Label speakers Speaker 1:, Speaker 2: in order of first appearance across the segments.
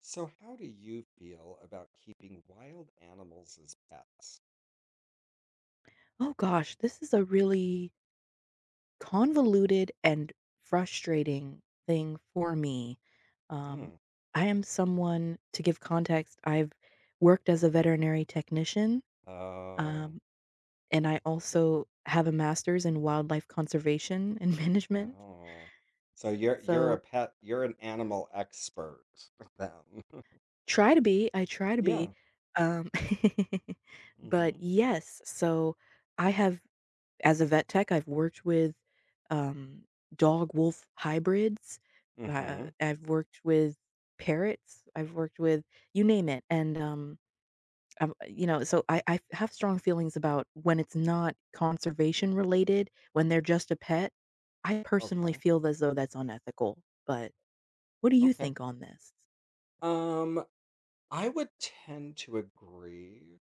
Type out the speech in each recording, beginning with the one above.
Speaker 1: So, how do you feel about keeping wild animals as pets?
Speaker 2: Oh gosh, this is a really convoluted and frustrating thing for me. Um,
Speaker 1: Hmm.
Speaker 2: I am someone, to give context, I've worked as a veterinary technician,
Speaker 1: Oh,
Speaker 2: um, and I
Speaker 1: so,
Speaker 2: also have a master's in wildlife conservation and management.
Speaker 1: oh. So you're a
Speaker 2: So
Speaker 1: pet. You're an animal expert then.
Speaker 2: I try to be.
Speaker 1: Yeah.
Speaker 2: Um, but
Speaker 1: Mm-hmm.
Speaker 2: yes, so I have as a vet tech, I've worked with, um, dog wolf hybrids,
Speaker 1: Mm-hmm.
Speaker 2: I've worked with parrots, I've worked with you name it, and, I've so I have strong feelings about when it's not conservation related, when they're just a pet. I personally
Speaker 1: Okay.
Speaker 2: feel as though that's unethical, but what do you
Speaker 1: Okay.
Speaker 2: think on this?
Speaker 1: Um, I would tend to agree.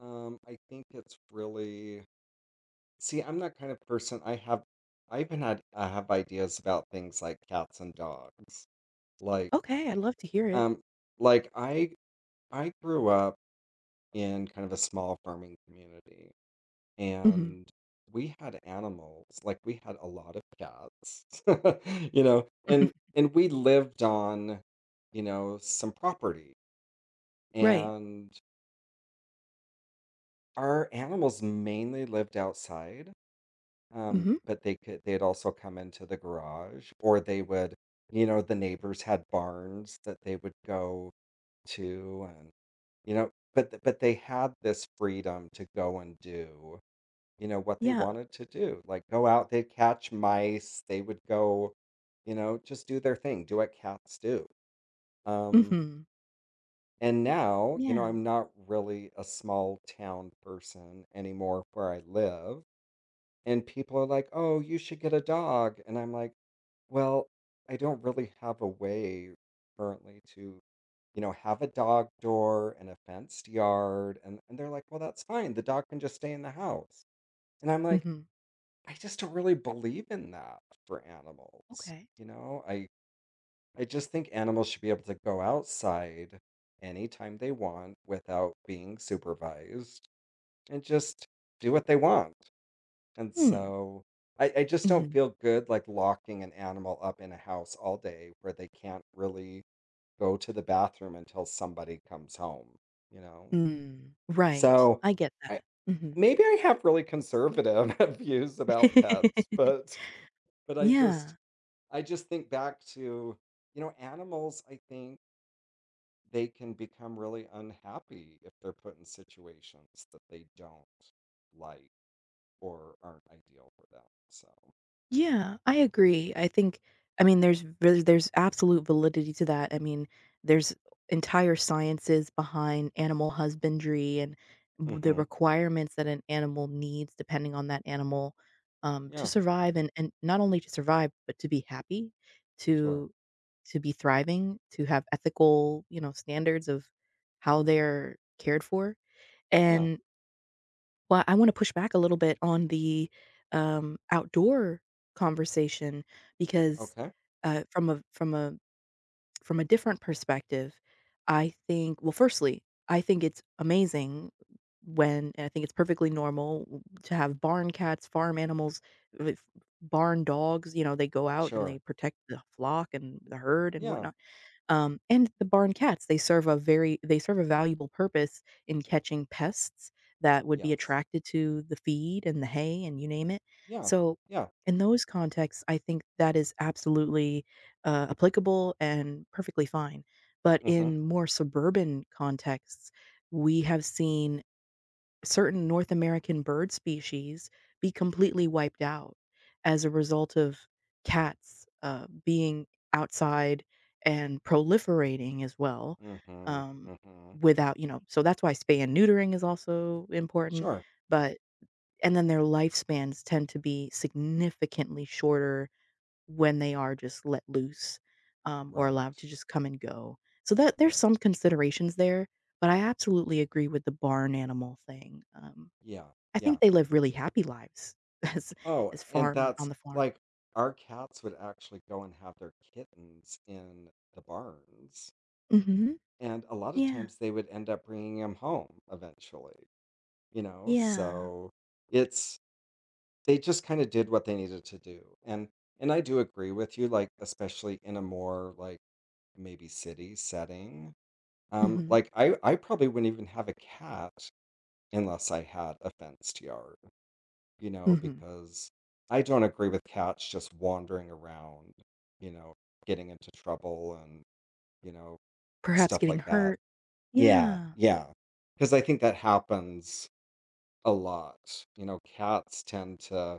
Speaker 1: I think it's really, see, I'm that kind of person. I have, I even had, I have ideas about things like cats and dogs. Like,
Speaker 2: Okay, I'd love to hear it.
Speaker 1: um, like I I grew up in kind of a small farming community,
Speaker 2: Mhm.
Speaker 1: and we had animals. Like we had a lot of cats, you know, and we lived on, you know, some property.
Speaker 2: Right.
Speaker 1: And our animals mainly lived outside.
Speaker 2: Mhm.
Speaker 1: But they'd also come into the garage, or they would, you know, the neighbors had barns that they would go Too, and, you know but th but they had this freedom to go and do, you know, what they
Speaker 2: Yeah.
Speaker 1: wanted to do, like, go out, they'd catch mice, they would go, you know, just do their thing, do what cats do, um,
Speaker 2: Mhm.
Speaker 1: and now, you know,
Speaker 2: Yeah.
Speaker 1: I'm not really a small town person anymore where I live, and people are like, "Oh, you should get a dog," and I'm like, "Well, I don't really have a way currently to," you know, have a dog door and a fenced yard. And, they're like, well, that's fine. The dog can just stay in the house. And I'm like,
Speaker 2: Mhm.
Speaker 1: I just don't really believe in that for animals.
Speaker 2: Okay.
Speaker 1: I just think animals should be able to go outside anytime they want without being supervised and just do what they want. And
Speaker 2: Hmm.
Speaker 1: so I just don't
Speaker 2: Mhm.
Speaker 1: feel good like locking an animal up in a house all day where they can't really go to the bathroom until somebody comes home, you know?
Speaker 2: Mm, right.
Speaker 1: So
Speaker 2: I get that.
Speaker 1: I
Speaker 2: Mhm.
Speaker 1: maybe I have really conservative views about pets, but but I
Speaker 2: Yeah.
Speaker 1: just I just think back to, you know, animals, I think they can become really unhappy if they're put in situations that they don't like or aren't ideal for them. So,
Speaker 2: Yeah, I agree. I think I mean, there's really there's absolute validity to that. I mean, there's entire sciences behind animal husbandry and w the
Speaker 1: hmm,
Speaker 2: requirements that an animal needs depending on that animal, to
Speaker 1: yeah,
Speaker 2: survive and not only to survive, but to be happy,
Speaker 1: sure.
Speaker 2: to be thriving, to have ethical standards of how they're cared for.
Speaker 1: Yeah,
Speaker 2: And Well, I wanna push back a little bit on the outdoor conversation because,
Speaker 1: okay,
Speaker 2: uh, from a from a from a different perspective, I think well, firstly, I think it's amazing when and I think it's perfectly normal w to have barn cats, farm animals, with barn dogs they go out and
Speaker 1: sure.
Speaker 2: they protect the flock and the herd and
Speaker 1: Yeah,
Speaker 2: whatnot. And the barn cats, they serve a very they serve a valuable purpose in catching pests that would be
Speaker 1: yes,
Speaker 2: attracted to the feed and the hay and you name it.
Speaker 1: yeah,
Speaker 2: So
Speaker 1: yeah.
Speaker 2: in those contexts, I think that is absolutely applicable and perfectly fine. But
Speaker 1: Mm-hmm.
Speaker 2: in more suburban contexts, we have seen certain North American bird species be completely wiped out as a result of cats, being outside and proliferating as well,
Speaker 1: Mm-hmm.
Speaker 2: um,
Speaker 1: Mm-hmm.
Speaker 2: without so that's why spay and neutering is also important,
Speaker 1: Sure.
Speaker 2: but and then their lifespans tend to be significantly shorter when they are just let loose, or allowed
Speaker 1: Right.
Speaker 2: to just come and go. So that there's
Speaker 1: Right.
Speaker 2: some considerations there, but I absolutely agree with the barn animal thing,
Speaker 1: Yeah.
Speaker 2: I
Speaker 1: Yeah.
Speaker 2: think they live really happy lives as
Speaker 1: Oh, and
Speaker 2: farm on
Speaker 1: that's
Speaker 2: the farm.
Speaker 1: like our cats would actually go and have their kittens in the barns.
Speaker 2: Mhm.
Speaker 1: And a lot of
Speaker 2: Yeah.
Speaker 1: times they would end up bringing them home eventually, you know?
Speaker 2: Yeah.
Speaker 1: So it's, they just kind of did what they needed to do. And, I do agree with you, like, especially in a more like maybe city setting.
Speaker 2: Mhm.
Speaker 1: Like I probably wouldn't even have a cat unless I had a fenced yard. You know,
Speaker 2: Mhm.
Speaker 1: because I don't agree with cats just wandering around, you know, getting into trouble and, you know,
Speaker 2: Perhaps
Speaker 1: stuff
Speaker 2: getting
Speaker 1: like that.
Speaker 2: hurt.
Speaker 1: Yeah,
Speaker 2: Yeah.
Speaker 1: yeah. Because I think that happens a lot. You know, cats tend to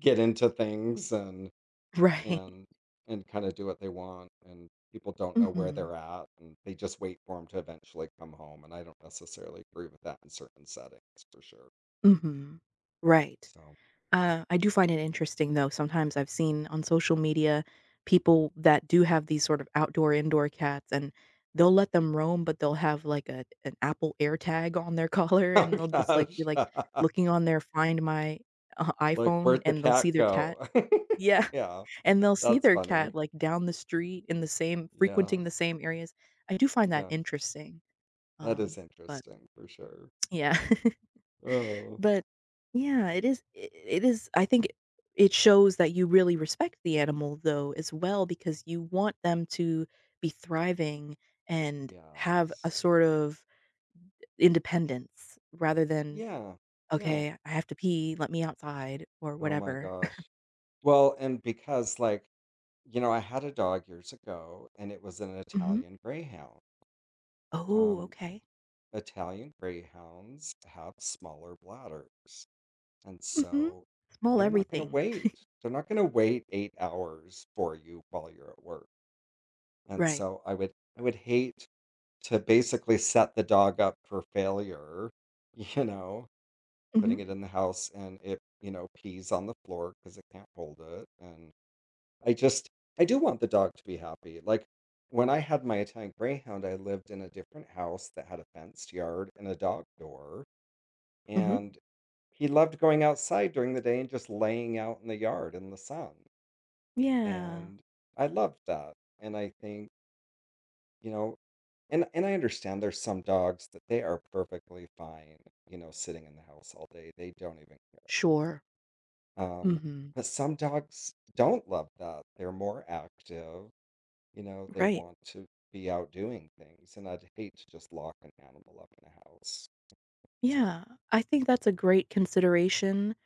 Speaker 1: get into things and,
Speaker 2: Right.
Speaker 1: and, and kind of do what they want, and people don't know where
Speaker 2: Mhm.
Speaker 1: they're at, and they just wait for them to eventually come home, and I don't necessarily agree with that in certain settings for sure.
Speaker 2: Mhm. Right.
Speaker 1: So
Speaker 2: I do find it interesting, though, sometimes I've seen on social media people that do have these sort of outdoor, indoor cats, and they'll let them roam, but they'll have, like, a an Apple AirTag on their collar,
Speaker 1: oh
Speaker 2: and they'll just, like, be,
Speaker 1: gosh
Speaker 2: like, looking on their Find My,
Speaker 1: like,
Speaker 2: iPhone,
Speaker 1: "Where'd the
Speaker 2: and they'll see
Speaker 1: cat
Speaker 2: their cat.
Speaker 1: go?"
Speaker 2: Yeah,
Speaker 1: Yeah,
Speaker 2: and they'll see
Speaker 1: that's
Speaker 2: their cat,
Speaker 1: funny.
Speaker 2: like, down the street in the same
Speaker 1: Yeah,
Speaker 2: frequenting the same areas. I do find that
Speaker 1: yeah,
Speaker 2: interesting,
Speaker 1: that is
Speaker 2: um, but
Speaker 1: interesting for sure.
Speaker 2: yeah.
Speaker 1: Oh,
Speaker 2: But, yeah, it is I think it shows that you really respect the animal, though, as well, because you want them to be thriving and have a
Speaker 1: yes.
Speaker 2: sort of independence rather than,
Speaker 1: Yeah, yeah.
Speaker 2: "Okay, I have to pee, let me outside," or
Speaker 1: Oh my
Speaker 2: whatever.
Speaker 1: gosh. Well, and because, like, you know, I had a dog years ago, and it was an
Speaker 2: Mhm.
Speaker 1: Italian Greyhound.
Speaker 2: Oh,
Speaker 1: Um,
Speaker 2: okay.
Speaker 1: Italian Greyhounds have smaller bladders, and
Speaker 2: Mhm.
Speaker 1: so
Speaker 2: Small
Speaker 1: they're not gonna
Speaker 2: everything.
Speaker 1: wait. They're not gonna wait 8 hours for you while you're at work. And
Speaker 2: Right.
Speaker 1: so I would hate to basically set the dog up for failure, you know,
Speaker 2: Mhm,
Speaker 1: putting it in the house and it, you know, pees on the floor because it can't hold it. And I just I do want the dog to be happy. Like when I had my Italian Greyhound, I lived in a different house that had a fenced yard and a dog door.
Speaker 2: mhm.
Speaker 1: And he loved going outside during the day and just laying out in the yard in the sun.
Speaker 2: Yeah.
Speaker 1: And I loved that. And I think, you know, and I understand there's some dogs that they are perfectly fine, you know, sitting in the house all day. They don't even care.
Speaker 2: Sure.
Speaker 1: Um,
Speaker 2: Mhm.
Speaker 1: but some dogs don't love that. They're more active, you know, they
Speaker 2: Right.
Speaker 1: want to be out doing things. And I'd hate to just lock an animal up in a house. So
Speaker 2: Yeah, I think that's a great consideration,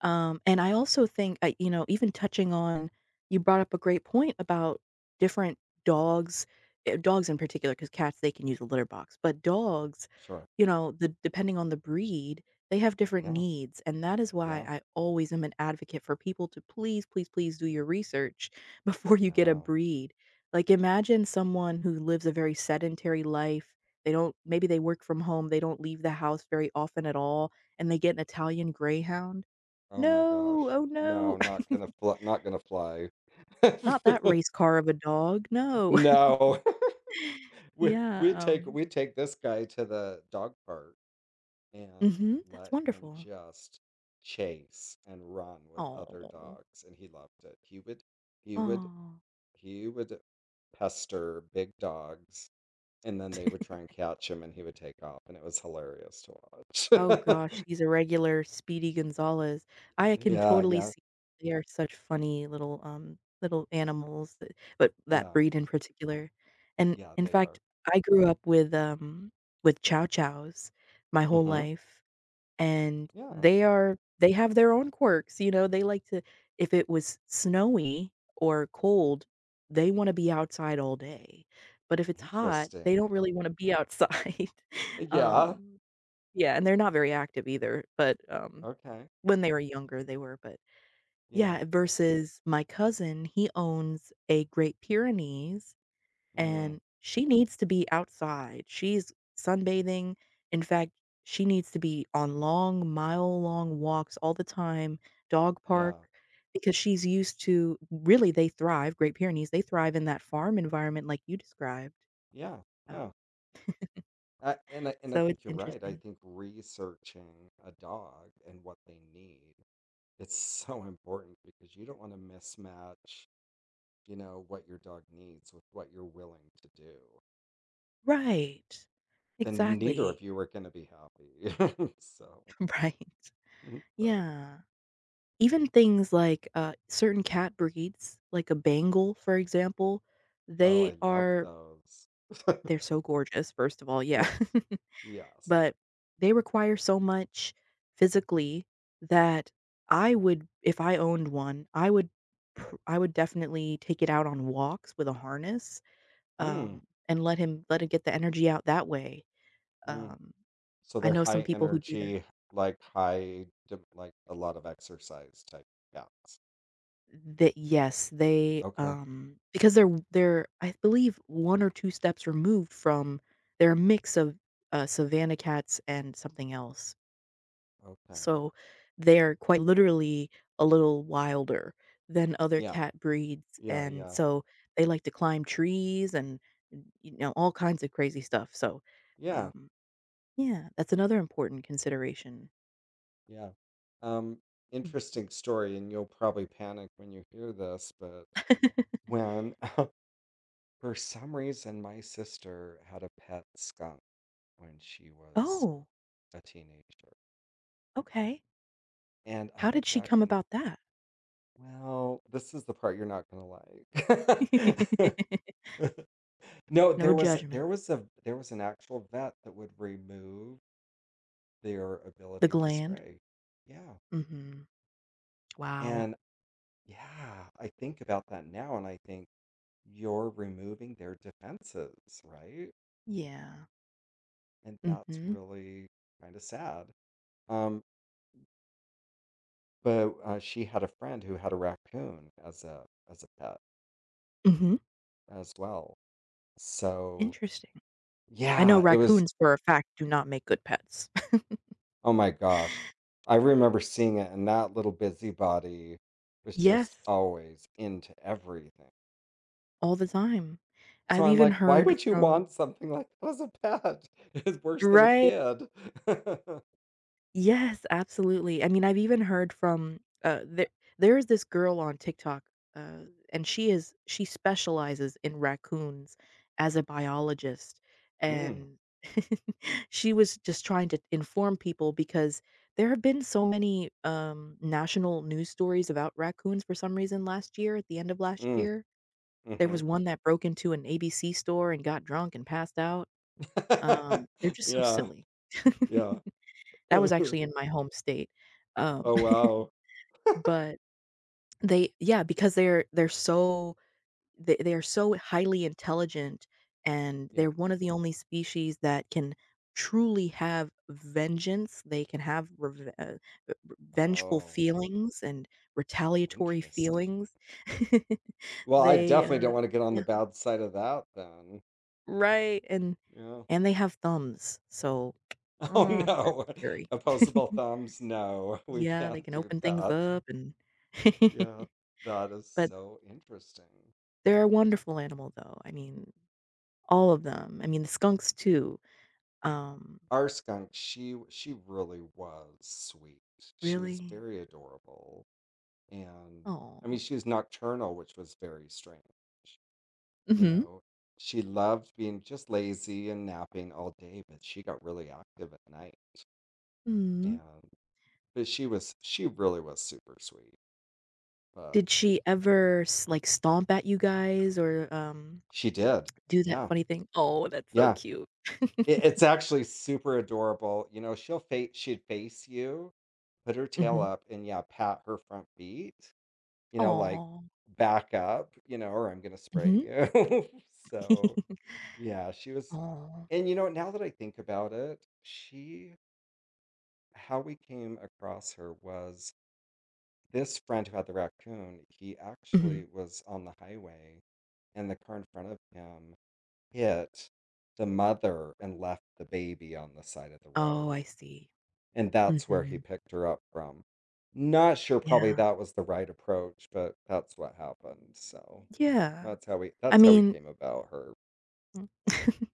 Speaker 2: and I also think, even touching on you brought up a great point about different dogs, dogs in particular, because cats, they can use a litter box, but dogs,
Speaker 1: sure.
Speaker 2: you know, the depending on the breed, they have different
Speaker 1: Yeah.
Speaker 2: needs, and that is why
Speaker 1: Yeah.
Speaker 2: I always am an advocate for people to please, please, please do your research before you get a
Speaker 1: Yeah.
Speaker 2: breed. Like, imagine someone who lives a very sedentary life they don't maybe they work from home, they don't leave the house very often at all, and they get an Italian Greyhound.
Speaker 1: Oh my
Speaker 2: No,
Speaker 1: gosh.
Speaker 2: oh no,
Speaker 1: No, not gonna fly, not gonna fly.
Speaker 2: not that race car of a dog, no.
Speaker 1: No.
Speaker 2: Yeah,
Speaker 1: We take this guy to the dog park and
Speaker 2: mhm, that's
Speaker 1: let him
Speaker 2: wonderful.
Speaker 1: just chase and run with other
Speaker 2: Oh,
Speaker 1: dogs, and he loved it. He would
Speaker 2: oh.
Speaker 1: he would pester big dogs, and then they would try and catch him, and he would take off, and it was hilarious to watch.
Speaker 2: Oh gosh, he's a regular Speedy Gonzales. I can
Speaker 1: Yeah,
Speaker 2: totally
Speaker 1: yeah,
Speaker 2: see They are such funny little little animals, that but that
Speaker 1: yeah,
Speaker 2: breed in particular. And
Speaker 1: yeah,
Speaker 2: in
Speaker 1: they are.
Speaker 2: fact, I grew up with, Chow Chows my whole
Speaker 1: Hmm,
Speaker 2: life, and
Speaker 1: yeah,
Speaker 2: they have their own quirks, you know, they like to if it was snowy or cold, they wanna be outside all day, but if it's hot, they
Speaker 1: interesting,
Speaker 2: don't really wanna be outside.
Speaker 1: yeah,
Speaker 2: Um yeah, and they're not very active either, but
Speaker 1: okay,
Speaker 2: when they were younger, they were, but
Speaker 1: yeah,
Speaker 2: yeah, versus my cousin, he owns a Great Pyrenees,
Speaker 1: mm,
Speaker 2: and she needs to be outside. She's sunbathing. In fact, she needs to be on long, mile-long walks all the time, dog park,
Speaker 1: yeah,
Speaker 2: because she's they thrive Great Pyrenees, they thrive in that farm environment like you described,
Speaker 1: yeah,
Speaker 2: um,
Speaker 1: yeah. I
Speaker 2: so it's
Speaker 1: think you're right. I
Speaker 2: interesting.
Speaker 1: think researching a dog and what they need, it's so important because you don't want to mismatch, you know, what your dog needs with what you're willing to do.
Speaker 2: Right.
Speaker 1: Then neither of
Speaker 2: Exactly.
Speaker 1: you are going to be happy. So,
Speaker 2: Right.
Speaker 1: but,
Speaker 2: Yeah. Even things like, certain cat breeds, like a Bengal, for example,
Speaker 1: oh,
Speaker 2: they
Speaker 1: I love
Speaker 2: are
Speaker 1: those.
Speaker 2: they're so gorgeous, first of all, yeah,
Speaker 1: Yes. Yes.
Speaker 2: but they require so much physically that I would if I owned one, I would definitely take it out on walks with a harness,
Speaker 1: Mm,
Speaker 2: and let it get the energy out that way.
Speaker 1: mm.
Speaker 2: Um,
Speaker 1: So
Speaker 2: I
Speaker 1: they're
Speaker 2: know
Speaker 1: high
Speaker 2: some people who do that.
Speaker 1: energy, like high, de- like a lot of exercise type cats. Okay.
Speaker 2: Because they're, I believe, one or two steps removed from they're a mix of, savanna cats and something else.
Speaker 1: Okay.
Speaker 2: So, they're quite literally a little wilder than other
Speaker 1: Yeah.
Speaker 2: cat breeds,
Speaker 1: Yeah.
Speaker 2: and
Speaker 1: Yeah.
Speaker 2: so they like to climb trees and all kinds of crazy stuff. So,
Speaker 1: Yeah,
Speaker 2: um, yeah, that's another important consideration.
Speaker 1: yeah. Um,
Speaker 2: Mhm.
Speaker 1: Interesting story, and you'll probably panic when you hear this, but when for some reason my sister had a pet skunk when she was
Speaker 2: Oh,
Speaker 1: a teenager.
Speaker 2: okay.
Speaker 1: And I
Speaker 2: How
Speaker 1: look
Speaker 2: did she
Speaker 1: back
Speaker 2: come
Speaker 1: and
Speaker 2: about that?
Speaker 1: well, this is the part you're not gonna like. No,
Speaker 2: No
Speaker 1: there was there
Speaker 2: judgment.
Speaker 1: was a there was an actual vet that would remove their
Speaker 2: The
Speaker 1: ability to
Speaker 2: gland?
Speaker 1: spray. Yeah.
Speaker 2: Mhm. Wow.
Speaker 1: And yeah, I think about that now and I think you're removing their defenses, right?
Speaker 2: Yeah.
Speaker 1: And that's
Speaker 2: Mhm.
Speaker 1: really kind of sad. Um, but she had a friend who had a raccoon as a pet
Speaker 2: Mhm.
Speaker 1: as well. So
Speaker 2: Interesting. I know
Speaker 1: yeah, it was.
Speaker 2: raccoons for a fact do not make good pets.
Speaker 1: Oh my gosh, I remember seeing it, and that little busybody was just
Speaker 2: Yes,
Speaker 1: always into everything.
Speaker 2: all the time.
Speaker 1: So
Speaker 2: I've
Speaker 1: I'm
Speaker 2: even
Speaker 1: like, why
Speaker 2: heard
Speaker 1: would you
Speaker 2: from
Speaker 1: want something like that as a pet? It's worse than a
Speaker 2: Right.
Speaker 1: kid.
Speaker 2: Yes, absolutely. I mean, I've even heard from, there is this girl on TikTok, uh, and she specializes in raccoons as a biologist,
Speaker 1: Mm,
Speaker 2: and she was just trying to inform people because there have been so many, national news stories about raccoons for some reason last year, at the end of last
Speaker 1: mm,
Speaker 2: year. There was
Speaker 1: mhm.
Speaker 2: one that broke into an ABC store and got drunk and passed out. They're just so
Speaker 1: Yeah,
Speaker 2: silly.
Speaker 1: yeah.
Speaker 2: That was actually in my home state, um,
Speaker 1: Oh, wow.
Speaker 2: but they yeah, because they are so highly intelligent, and
Speaker 1: Yeah.
Speaker 2: they're one of the only species that can truly have vengeance. They can have reve uh, vengeful
Speaker 1: Oh,
Speaker 2: feelings and retaliatory
Speaker 1: interesting.
Speaker 2: feelings.
Speaker 1: Well, I
Speaker 2: They,
Speaker 1: definitely don't
Speaker 2: uh
Speaker 1: wanna get on
Speaker 2: yeah.
Speaker 1: the bad side of that then.
Speaker 2: Right, and
Speaker 1: Yeah.
Speaker 2: they have thumbs, so
Speaker 1: Oh,
Speaker 2: that's
Speaker 1: no.
Speaker 2: scary.
Speaker 1: Opposable thumbs, no. We
Speaker 2: Yeah, they
Speaker 1: can't
Speaker 2: can
Speaker 1: do
Speaker 2: open things
Speaker 1: that.
Speaker 2: up and
Speaker 1: Yeah, that is
Speaker 2: but
Speaker 1: so interesting.
Speaker 2: they're a wonderful animal though. I mean, all of them. I mean, the skunks too. Um,
Speaker 1: Our skunk, she really was sweet. She was
Speaker 2: really?
Speaker 1: very adorable, and, I mean,
Speaker 2: Oh.
Speaker 1: she was nocturnal, which was very strange. You
Speaker 2: Mhm.
Speaker 1: know, she loved being just lazy and napping all day, but she got really active at night.
Speaker 2: Mhm.
Speaker 1: And but she was she really was super sweet. But
Speaker 2: Did she ever s like stomp at you guys or,
Speaker 1: she did.
Speaker 2: do that
Speaker 1: Yeah.
Speaker 2: funny thing? Oh, that's so
Speaker 1: Yeah.
Speaker 2: cute.
Speaker 1: It's actually super adorable. You know, she'd face you, put her tail
Speaker 2: Mhm.
Speaker 1: up and yeah, pat her front feet, you know, like
Speaker 2: Oh.
Speaker 1: back up, you know, or I'm gonna spray
Speaker 2: Mhm.
Speaker 1: you. So yeah, she was,
Speaker 2: Aw.
Speaker 1: and you know, now that I think about it, she how we came across her was this friend who had the raccoon, he
Speaker 2: Mhm.
Speaker 1: actually was on the highway, and the car in front of him hit the mother and left the baby on the side of the
Speaker 2: Oh,
Speaker 1: road.
Speaker 2: I see.
Speaker 1: And that's where he
Speaker 2: Mhm.
Speaker 1: picked her up from. Not sure probably
Speaker 2: Yeah.
Speaker 1: that was the right approach, but that's what happened. So
Speaker 2: Yeah.
Speaker 1: that's how
Speaker 2: I
Speaker 1: we
Speaker 2: mean
Speaker 1: came about her.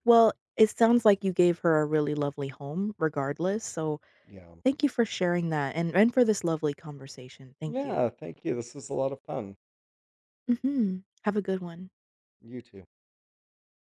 Speaker 2: Well, it sounds like you gave her a really lovely home regardless, so
Speaker 1: Yeah.
Speaker 2: thank you for sharing that and for this lovely conversation. Thank you.
Speaker 1: Yeah, thank you. This was a lot of fun.
Speaker 2: Mhm. Have a good one.
Speaker 1: You too.